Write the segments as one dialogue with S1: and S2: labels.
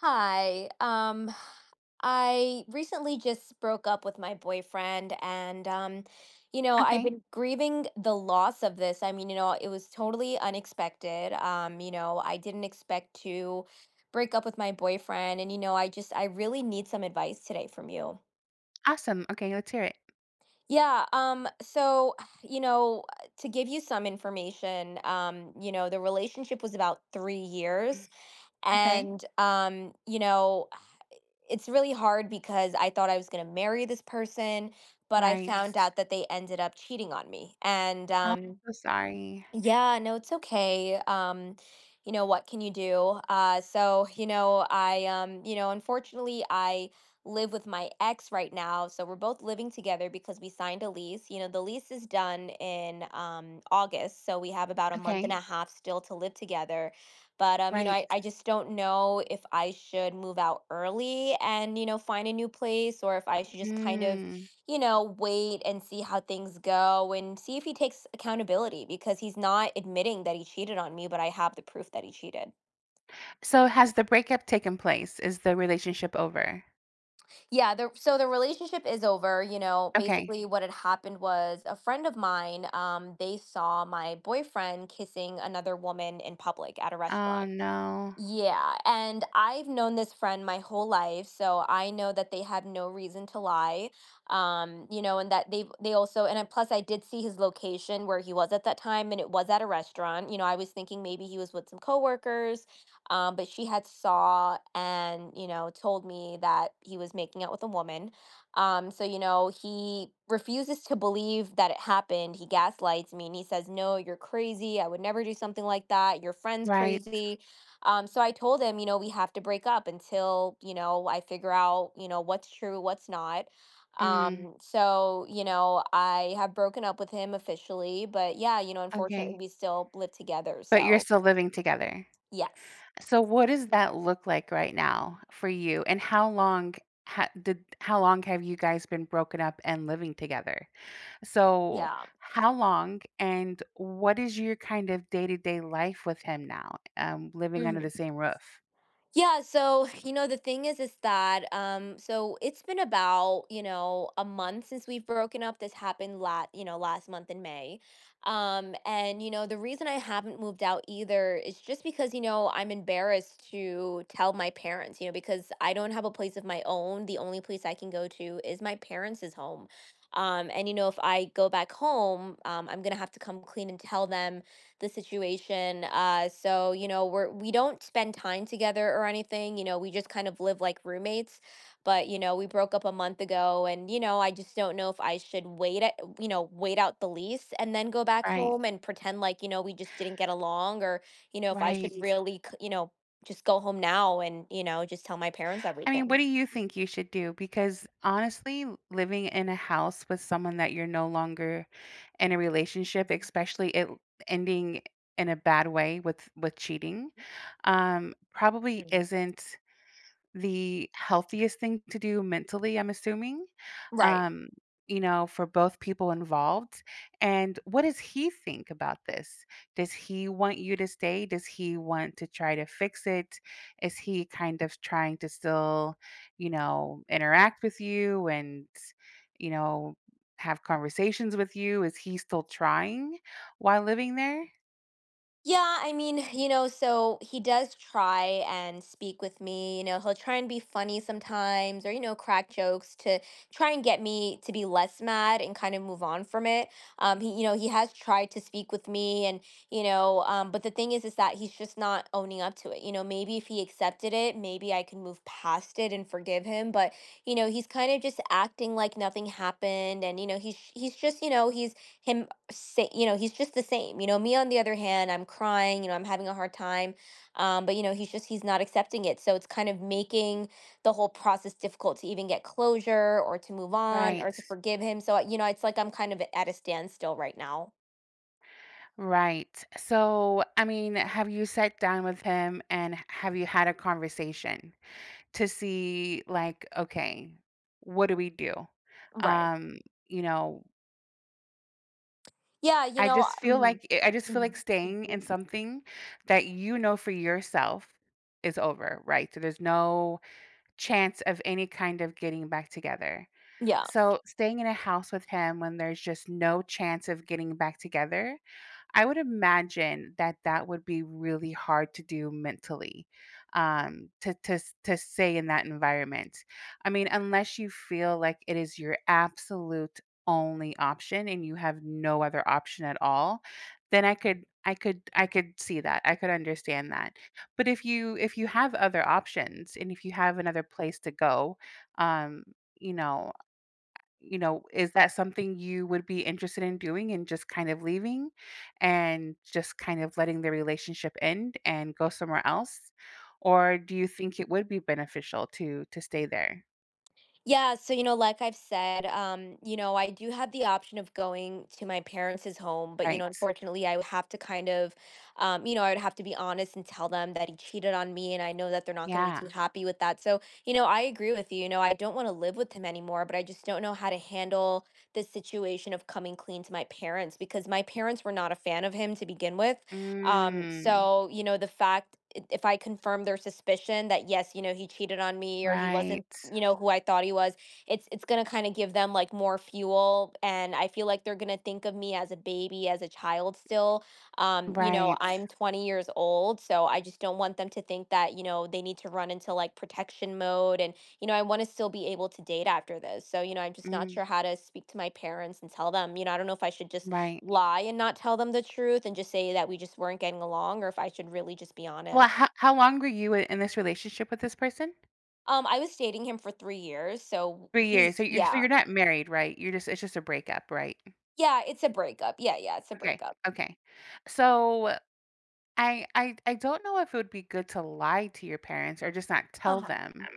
S1: Hi. I recently just broke up with my boyfriend, and I've
S2: Okay.
S1: been grieving the loss of this. I mean, you know, it was totally unexpected. I didn't expect to break up with my boyfriend, and you know, I just I really need some advice today from you.
S2: Awesome. Okay, let's hear it.
S1: Yeah, so, you know, to give you some information, you know, the relationship was about three
S2: Mm.
S1: years,
S2: Okay.
S1: and you know, it's really hard because I thought I was going to marry this person, but I
S2: Right.
S1: found out that they ended up cheating on me. And
S2: Oh, so sorry.
S1: Yeah, no, it's okay. You know, what can you do? So, you know, you know, unfortunately, I live with my ex right now. So we're both living together because we signed a lease. You know, the lease is done in August. So we have about a month and
S2: Okay.
S1: a half still to live together. But, you know,
S2: Right.
S1: I just don't know if I should move out early and, you know, find a new place or if I should just kind of
S2: Mm.
S1: you know, wait and see how things go and see if he takes accountability because he's not admitting that he cheated on me, but I have the proof that he cheated.
S2: So has the breakup taken place? Is the relationship over?
S1: Yeah, so the relationship is over. You know,
S2: Okay.
S1: basically what had happened was a friend of mine, they saw my boyfriend kissing another woman in public at a
S2: Oh,
S1: restaurant.
S2: no.
S1: Yeah, and I've known this friend my whole life, so I know that they have no reason to lie. You know, and that they also and plus I did see his location where he was at that time, and it was at a restaurant. You know, I was thinking maybe he was with some coworkers, but she had saw and you know told me that he was making out with a woman. So you know he refuses to believe that it happened. He gaslights me and he says, "No, you're crazy. I would never do something like that. Your friend's
S2: Right.
S1: crazy." So I told him, you know, we have to break up until, you know, I figure out, you know, what's true, what's not.
S2: Mm.
S1: So, you know, I have broken up with him officially, but yeah, you know, unfortunately
S2: Okay.
S1: we still live together.
S2: But you're
S1: So
S2: still living together.
S1: yes.
S2: So what does that look like right now for you? And how long did how long have you guys been broken up and living together? So,
S1: Yeah.
S2: how long and what is your kind of day-to-day life with him now, living under the same roof?
S1: Yeah, so you know the thing is that so it's been about, you know, a month since we've broken up. This happened last, you know, last month in May. And you know the reason I haven't moved out either is just because you know I'm embarrassed to tell my parents, you know, because I don't have a place of my own. The only place I can go to is my parents' home. And you know if I go back home, I'm going to have to come clean and tell them the situation. So you know, we don't spend time together or anything. You know, we just kind of live like roommates. But you know, we broke up a month ago, and you know, I just don't know if I should wait. You know, wait out the lease and then go back
S2: Right,
S1: home and pretend like you know we just didn't get along, or you know, if I should Mhm.
S2: right.
S1: really, you know, just go home now and you know just tell my parents
S2: I mean, what
S1: everything.
S2: do you think you should do? Because honestly, living in a house with someone that you're no longer in a relationship, especially ending in a bad way with cheating, probably
S1: Mhm.
S2: isn't the healthiest thing to do mentally, I'm assuming,
S1: Right.
S2: um, you know, for both people involved. And what does he think about this? Does he want you to stay? Does he want to try to fix it? Is he kind of trying to still, you know, interact with you and, you know, have conversations with you? Is he still trying while living there?
S1: Yeah, I mean, you know, so he does try and speak with me. You know, he'll try and be funny sometimes or, you know, crack jokes to try and get me to be less mad and kind of move on from it. He he has tried to speak with me and, you know, but the thing is that he's just not owning up to it. You know, maybe if he accepted it, maybe I can move past it and forgive him. But, you know, he's kind of just acting like nothing happened. And, you know, he's just, you know, he's, him say, you know, he's just the same. You know, me on the other hand, I'm crying, you know, I'm having a hard time. But you know, he's not accepting it. So it's kind of making the whole process difficult to even get closure or to move on
S2: Right.
S1: or to forgive him. So, you know, it's like I'm kind of at a standstill right now.
S2: Right. So, I mean, have you sat down with him and have you had a conversation to see like, okay, what do we do?
S1: Right.
S2: Um, you know,
S1: Yeah, you
S2: I
S1: know,
S2: just feel like I just feel
S1: mhm.
S2: like staying in something that you know for yourself is over, right? So there's no chance of any kind of getting back together.
S1: Yeah.
S2: So, staying in a house with him when there's just no chance of getting back together, I would imagine that that would be really hard to do mentally, to to stay in that environment. I mean, unless you feel like it is your absolute only option and you have no other option at all, then I could see that. I could understand that. But if you have other options and if you have another place to go, um, you know, you know, is that something you would be interested in doing and just kind of leaving and just kind of letting the relationship end and go somewhere else? Or do you think it would be beneficial to stay there?
S1: Yeah, so, you know, like I've said, you know, I do have the option of going to my parents' home, but, you know,
S2: Right.
S1: unfortunately, I would have to kind of, you know, I would have to be honest and tell them that he cheated on me, and I know that they're not going to be
S2: Yeah.
S1: too happy with that. So, you know, I agree with you. You know, I don't want to live with him anymore, but I just don't know how to handle the situation of coming clean to my parents because my parents were not a fan of him to begin with.
S2: Mm.
S1: So, you know, the fact if I confirm their suspicion that yes, you know, he cheated on me or he wasn't,
S2: Right.
S1: you know, who I thought he was, it's going to kind of give them like more fuel and I feel like they're going to think of me as a baby, as a child still. You know,
S2: Right.
S1: I'm 20 years old, so I just don't want them to think that, you know, they need to run into like protection mode and you know, I want to still be able to date after this. So, you know, I'm just not
S2: Mm.
S1: sure how to speak to my parents and tell them, you know, I don't know if I should just
S2: Right.
S1: lie and not tell them the truth and just say that we just weren't getting along or if I should really just be
S2: Well, how
S1: honest.
S2: how long were you in this relationship with this person?
S1: I was dating him for 3 years, so
S2: 3 years.
S1: he's
S2: So
S1: yeah.
S2: you're not married, right? You're just it's just a breakup, right?
S1: Yeah, it's a breakup. Yeah, yeah, it's a
S2: Okay.
S1: breakup.
S2: Okay. So I don't know if it would be good to lie to your parents or just not tell
S1: Uh-huh.
S2: them.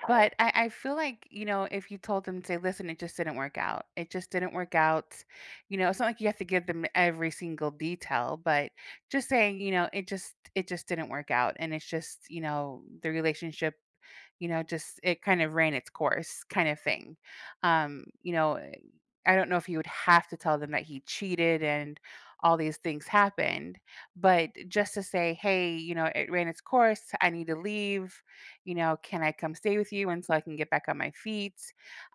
S1: Sorry.
S2: But I feel like, you know, if you told them, say, listen, it just didn't work out. It just didn't work out. You know, it's not like you have to give them every single detail, but just saying, you know, it just didn't work out. And it's just, you know, the relationship, you know, just it kind of ran its course kind of thing. You know, I don't know if you would have to tell them that he cheated and all these things happened, but just to say, "Hey, you know, it ran its course. I need to leave. You know, can I come stay with you until I can get back on my feet?"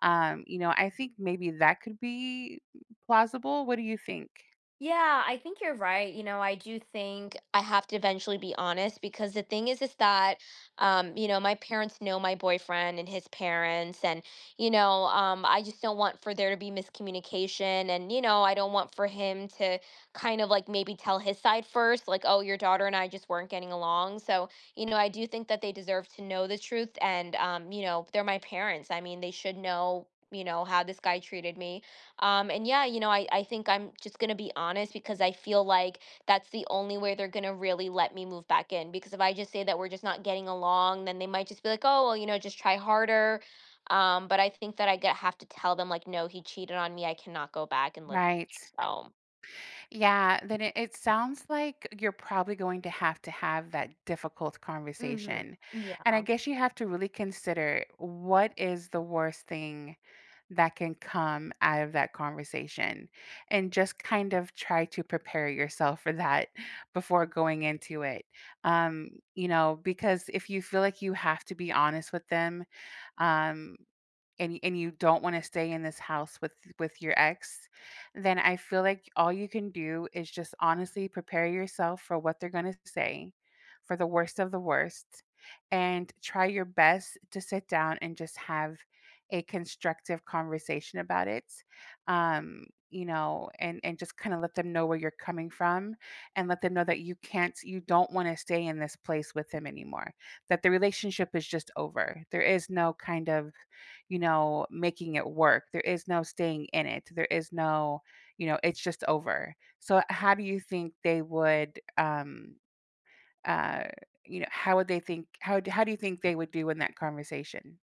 S2: You know, I think maybe that could be plausible. What do you think?
S1: Yeah, I think you're right. You know, I do think I have to eventually be honest because the thing is that, you know, my parents know my boyfriend and his parents, and, you know, I just don't want for there to be miscommunication. And, you know, I don't want for him to kind of like maybe tell his side first, like, oh, your daughter and I just weren't getting along. So, you know, I do think that they deserve to know the truth. And, you know, they're my parents. I mean, they should know, you know, how this guy treated me and yeah, you know, I think I'm just going to be honest because I feel like that's the only way they're going to really let me move back in. Because if I just say that we're just not getting along, then they might just be like, oh, well, you know, just try harder. But I think that have to tell them, like, no, he cheated on me. I cannot go back and live with
S2: Right.
S1: him. So,
S2: Yeah, then it sounds like you're probably going to have that difficult conversation.
S1: hmm.
S2: And I
S1: Yeah.
S2: guess you have to really consider what is the worst thing that can come out of that conversation and just kind of try to prepare yourself for that before going into it. You know, because if you feel like you have to be honest with them, um, and y and you don't wanna stay in this house with your ex, then I feel like all you can do is just honestly prepare yourself for what they're gonna say, for the worst of the worst, and try your best to sit down and just have a constructive conversation about it, um, you know, and just kinda let them know where you're coming from and let them know that you don't wanna stay in this place with him anymore, that the relationship is just over. There is no kind of, you know, making it work. There is no staying in it. There is no, you know, it's just over. So how do you think they would, uh, you know, how would they think, how do you think they would do in that conversation?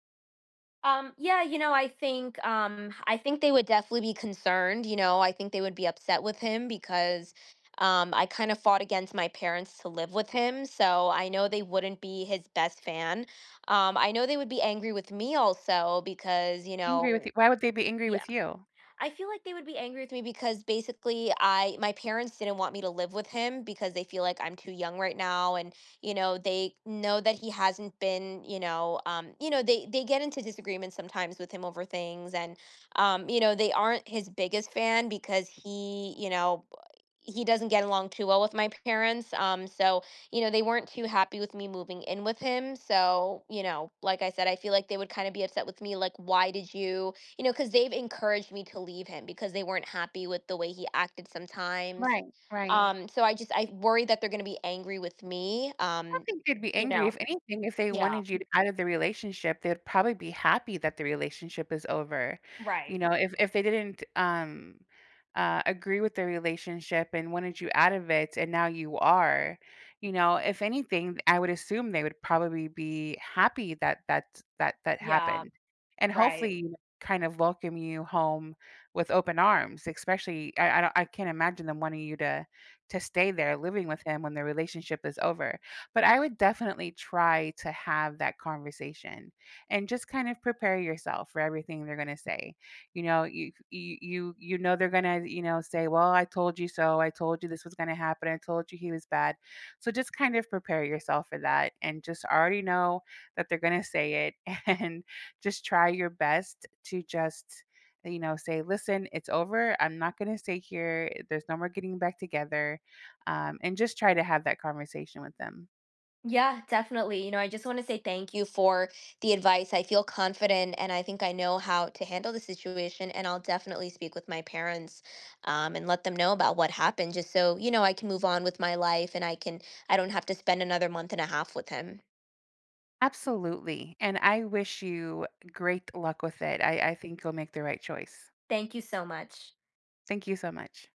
S1: Yeah, you know, I think they would definitely be concerned, you know, I think they would be upset with him because I kind of fought against my parents to live with him, so I know they wouldn't be his best fan. I know they would be angry with me also because, you
S2: Angry with
S1: know,
S2: you. Why would they be angry with you?
S1: I feel like they would be angry with me because basically I my parents didn't want me to live with him because they feel like I'm too young right now and you know they know that he hasn't been you know they get into disagreements sometimes with him over things and you know they aren't his biggest fan because he you know he doesn't get along too well with my parents so you know they weren't too happy with me moving in with him so you know like I said I feel like they would kind of be upset with me like why did you you know, because they've encouraged me to leave him because they weren't happy with the way he acted sometimes.
S2: Right. Right.
S1: So I just I worry that they're going to be angry with me.
S2: don't think they'd be
S1: You
S2: angry.
S1: know,
S2: If anything, if they
S1: yeah,
S2: wanted you out of the relationship, they'd probably be happy that the relationship is over.
S1: right,
S2: You know, if they didn't agree with the relationship and wanted you out of it, and now you are, you know, if anything, I would assume they would probably be happy that that
S1: yeah,
S2: happened, and
S1: right.
S2: hopefully, you know, kind of welcome you home with open arms. Especially, don't, I can't imagine them wanting you to stay there living with him when the relationship is over, but I would definitely try to have that conversation and just kind of prepare yourself for everything they're going to say. You know, you know they're going to, you know, say, "Well, I told you so. I told you this was going to happen. I told you he was bad." So just kind of prepare yourself for that and just already know that they're going to say it and just try your best to just, you know, say listen, it's over, I'm not going to stay here, there's no more getting back together, and just try to have that conversation with them.
S1: Yeah, definitely. You know, I just want to say thank you for the advice. I feel confident and I think I know how to handle the situation. And I'll definitely speak with my parents and let them know about what happened just so, you know, I can move on with my life and I can, I don't have to spend another month and a half with him.
S2: Absolutely. And I wish you great luck with it. I think you'll make the right choice.
S1: Thank you so much.
S2: Thank you so much.